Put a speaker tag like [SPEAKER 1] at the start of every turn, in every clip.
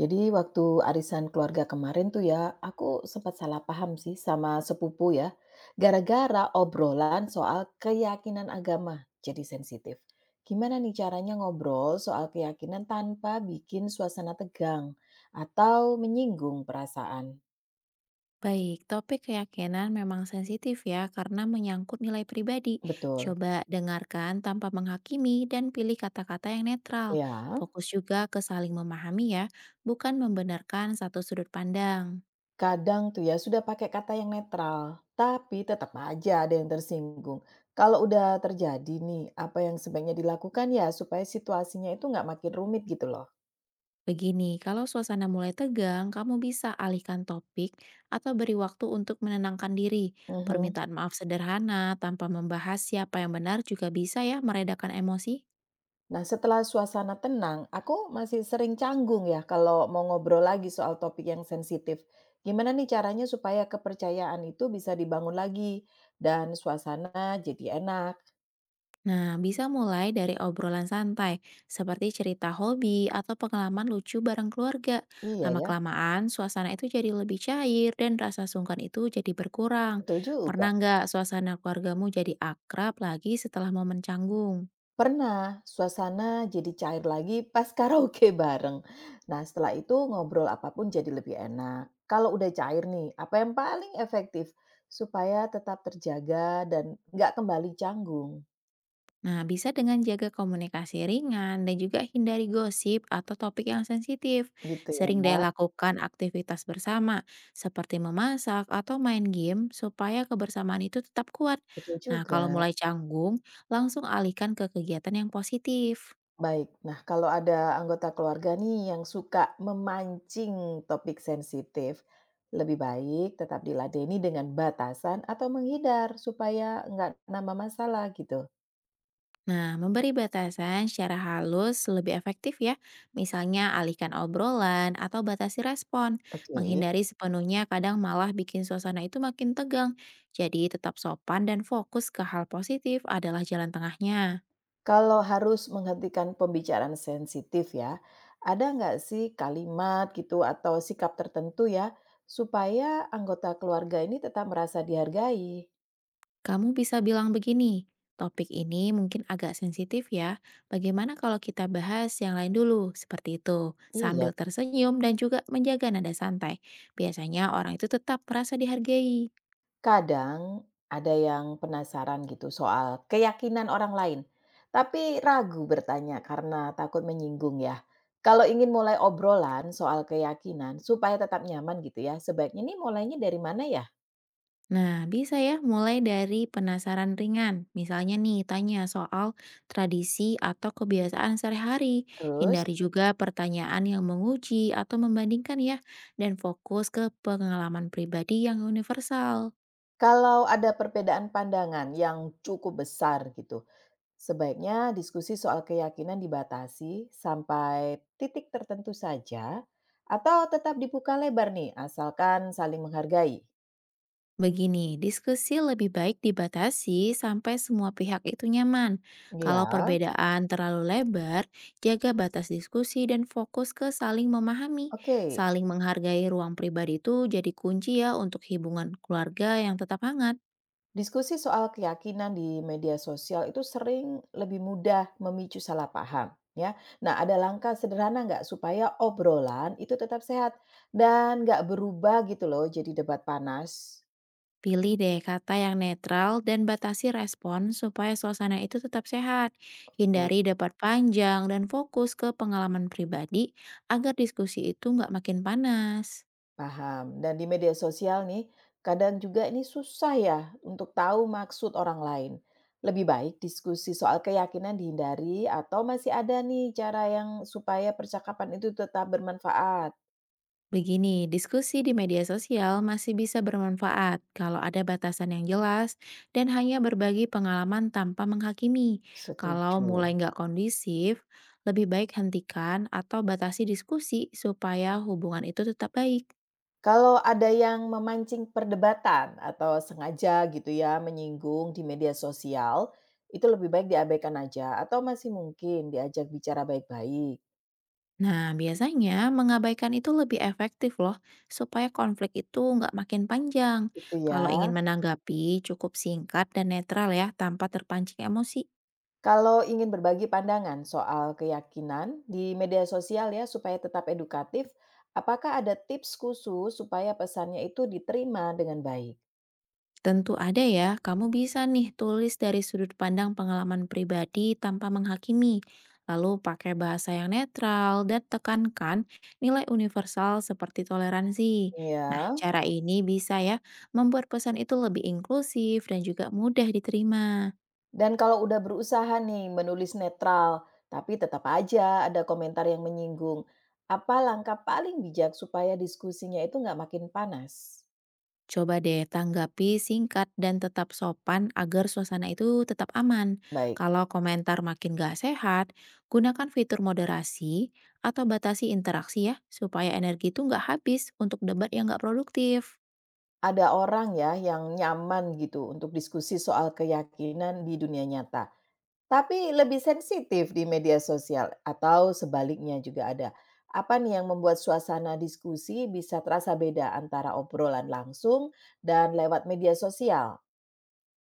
[SPEAKER 1] Jadi waktu arisan keluarga kemarin tuh ya, aku sempat salah paham sih sama sepupu ya. Gara-gara obrolan soal keyakinan agama jadi sensitif. Gimana nih caranya ngobrol soal keyakinan tanpa bikin suasana tegang atau menyinggung perasaan?
[SPEAKER 2] Baik, topik keyakinan memang sensitif ya karena menyangkut nilai pribadi.
[SPEAKER 1] Betul.
[SPEAKER 2] Coba dengarkan tanpa menghakimi dan pilih kata-kata yang netral.
[SPEAKER 1] Ya,
[SPEAKER 2] Fokus juga ke saling memahami ya, bukan membenarkan satu sudut pandang.
[SPEAKER 1] kadang tuh ya sudah pakai kata yang netral, tapi tetap aja ada yang tersinggung. Kalau udah terjadi nih, apa yang sebaiknya dilakukan ya supaya situasinya itu nggak makin rumit gitu loh.
[SPEAKER 2] Begini, kalau suasana mulai tegang, kamu bisa alihkan topik atau beri waktu untuk menenangkan diri.
[SPEAKER 1] Mhm.
[SPEAKER 2] Permintaan maaf sederhana tanpa membahas siapa yang benar juga bisa ya meredakan emosi.
[SPEAKER 1] Nah, setelah suasana tenang, aku masih sering canggung ya kalau mau ngobrol lagi soal topik yang sensitif. Gimana nih caranya supaya kepercayaan itu bisa dibangun lagi dan suasana jadi enak?
[SPEAKER 2] Nah, bisa mulai dari obrolan santai, seperti cerita hobi atau pengalaman lucu bareng keluarga.
[SPEAKER 1] Iya ya,
[SPEAKER 2] Lama-kelamaan, suasana itu jadi lebih cair dan rasa sungkan itu jadi berkurang.
[SPEAKER 1] betul juga.
[SPEAKER 2] Pernah nggak suasana keluargamu jadi akrab lagi setelah momen canggung?
[SPEAKER 1] Pernah suasana jadi cair lagi pas karaoke bareng. Nah, setelah itu ngobrol apapun jadi lebih enak. Kalau udah cair nih, apa yang paling efektif supaya tetap terjaga dan nggak kembali canggung
[SPEAKER 2] Nah, bisa dengan jaga komunikasi ringan dan juga hindari gosip atau topik yang sensitif.
[SPEAKER 1] gitu ya?
[SPEAKER 2] Sering deh lakukan aktivitas bersama, seperti memasak atau main game, supaya kebersamaan itu tetap kuat.
[SPEAKER 1] Betul
[SPEAKER 2] Nah,
[SPEAKER 1] juga.
[SPEAKER 2] kalau mulai canggung, langsung alihkan ke kegiatan yang positif.
[SPEAKER 1] Baik, nah kalau ada anggota keluarga nih yang suka memancing topik sensitif, lebih baik tetap diladeni dengan batasan atau menghindar supaya nggak nambah masalah gitu.
[SPEAKER 2] Nah, memberi batasan secara halus lebih efektif ya. Misalnya alihkan obrolan atau batasi respon.
[SPEAKER 1] Oke.
[SPEAKER 2] Menghindari sepenuhnya kadang malah bikin suasana itu makin tegang. Jadi tetap sopan dan fokus ke hal positif adalah jalan tengahnya.
[SPEAKER 1] Kalau harus menghentikan pembicaraan sensitif ya, ada nggak sih kalimat gitu atau sikap tertentu ya supaya anggota keluarga ini tetap merasa dihargai?
[SPEAKER 2] Kamu bisa bilang begini, topik ini mungkin agak sensitif ya. Bagaimana kalau kita bahas yang lain dulu? Seperti itu.
[SPEAKER 1] Iya.
[SPEAKER 2] Sambil tersenyum dan juga menjaga nada santai. Biasanya orang itu tetap merasa dihargai.
[SPEAKER 1] Kadang ada yang penasaran gitu soal keyakinan orang lain, tapi ragu bertanya karena takut menyinggung ya. Kalau ingin mulai obrolan soal keyakinan supaya tetap nyaman gitu ya, sebaiknya nih mulainya dari mana ya?
[SPEAKER 2] Nah, bisa ya mulai dari penasaran ringan. Misalnya nih, tanya soal tradisi atau kebiasaan sehari-hari.
[SPEAKER 1] Terus,
[SPEAKER 2] Hindari juga pertanyaan yang menguji atau membandingkan ya, dan fokus ke pengalaman pribadi yang universal.
[SPEAKER 1] kalau ada perbedaan pandangan yang cukup besar gitu, sebaiknya diskusi soal keyakinan dibatasi sampai titik tertentu saja atau tetap dibuka lebar nih asalkan saling menghargai.
[SPEAKER 2] Begini, diskusi lebih baik dibatasi sampai semua pihak itu nyaman. Kalau
[SPEAKER 1] Iya.
[SPEAKER 2] perbedaan terlalu lebar, jaga batas diskusi dan fokus ke saling memahami.
[SPEAKER 1] Oke,
[SPEAKER 2] Saling menghargai ruang pribadi itu jadi kunci ya untuk hubungan keluarga yang tetap hangat.
[SPEAKER 1] diskusi soal keyakinan di media sosial itu sering lebih mudah memicu salah paham, ya. Nah, ada langkah sederhana nggak supaya obrolan itu tetap sehat dan nggak berubah gitu loh, jadi debat panas.
[SPEAKER 2] Pilih deh kata yang netral dan batasi respon supaya suasana itu tetap sehat.
[SPEAKER 1] Oke,
[SPEAKER 2] Hindari debat panjang dan fokus ke pengalaman pribadi agar diskusi itu nggak makin panas.
[SPEAKER 1] paham. Dan di media sosial nih, kadang juga ini susah ya untuk tahu maksud orang lain. Lebih baik diskusi soal keyakinan dihindari atau masih ada nih cara yang supaya percakapan itu tetap bermanfaat.
[SPEAKER 2] Begini, diskusi di media sosial masih bisa bermanfaat kalau ada batasan yang jelas dan hanya berbagi pengalaman tanpa menghakimi. Kalau
[SPEAKER 1] Setuju.
[SPEAKER 2] mulai nggak kondisif, lebih baik hentikan atau batasi diskusi supaya hubungan itu tetap baik.
[SPEAKER 1] Kalau ada yang memancing perdebatan atau sengaja gitu ya menyinggung di media sosial, itu lebih baik diabaikan aja atau masih mungkin diajak bicara baik-baik,
[SPEAKER 2] Nah, biasanya mengabaikan itu lebih efektif loh, supaya konflik itu nggak makin panjang.
[SPEAKER 1] gitu
[SPEAKER 2] Kalau
[SPEAKER 1] ya.
[SPEAKER 2] ingin menanggapi, cukup singkat dan netral ya, tanpa terpancing emosi.
[SPEAKER 1] Kalau ingin berbagi pandangan soal keyakinan di media sosial ya supaya tetap edukatif, apakah ada tips khusus supaya pesannya itu diterima dengan baik?
[SPEAKER 2] Tentu ada ya, kamu bisa nih tulis dari sudut pandang pengalaman pribadi tanpa menghakimi. Lalu pakai bahasa yang netral dan tekankan nilai universal seperti toleransi. Nah,
[SPEAKER 1] Ya.
[SPEAKER 2] cara ini bisa ya membuat pesan itu lebih inklusif dan juga mudah diterima.
[SPEAKER 1] Dan kalau udah berusaha nih menulis netral, tapi tetap aja ada komentar yang menyinggung. Apa langkah paling bijak supaya diskusinya itu nggak makin panas?
[SPEAKER 2] Coba deh tanggapi singkat dan tetap sopan agar suasana itu tetap aman.
[SPEAKER 1] Baik,
[SPEAKER 2] Kalau komentar makin gak sehat, gunakan fitur moderasi atau batasi interaksi ya, supaya energi itu nggak habis untuk debat yang nggak produktif.
[SPEAKER 1] ada orang ya yang nyaman gitu untuk diskusi soal keyakinan di dunia nyata, tapi lebih sensitif di media sosial atau sebaliknya juga ada. Apa nih yang membuat suasana diskusi bisa terasa beda antara obrolan langsung dan lewat media sosial?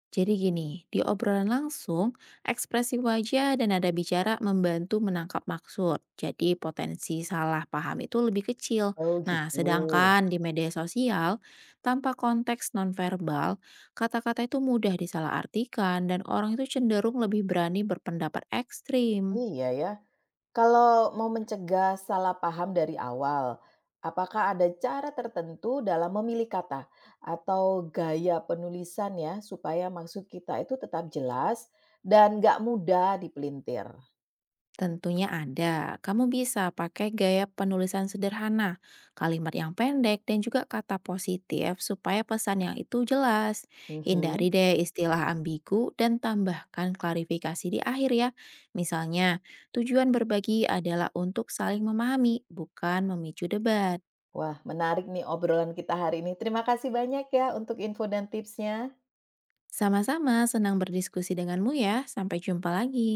[SPEAKER 2] Jadi gini, di obrolan langsung, ekspresi wajah dan nada bicara membantu menangkap maksud. Jadi potensi salah paham itu lebih kecil.
[SPEAKER 1] Oh
[SPEAKER 2] Nah,
[SPEAKER 1] gitu.
[SPEAKER 2] sedangkan di media sosial, tanpa konteks nonverbal, kata-kata itu mudah disalahartikan dan orang itu cenderung lebih berani berpendapat ekstrim.
[SPEAKER 1] Iya ya. Kalau mau mencegah salah paham dari awal, apakah ada cara tertentu dalam memilih kata atau gaya penulisan ya supaya maksud kita itu tetap jelas dan nggak mudah dipelintir?
[SPEAKER 2] Tentunya ada. Kamu bisa pakai gaya penulisan sederhana, kalimat yang pendek, dan juga kata positif supaya pesan yang itu jelas.
[SPEAKER 1] Mhm.
[SPEAKER 2] Hindari deh istilah ambigu dan tambahkan klarifikasi di akhir ya. Misalnya, tujuan berbagi adalah untuk saling memahami, bukan memicu debat.
[SPEAKER 1] Wah menarik nih obrolan kita hari ini. Terima kasih banyak ya untuk info dan tipsnya.
[SPEAKER 2] Sama-sama senang berdiskusi denganmu ya. Sampai jumpa lagi.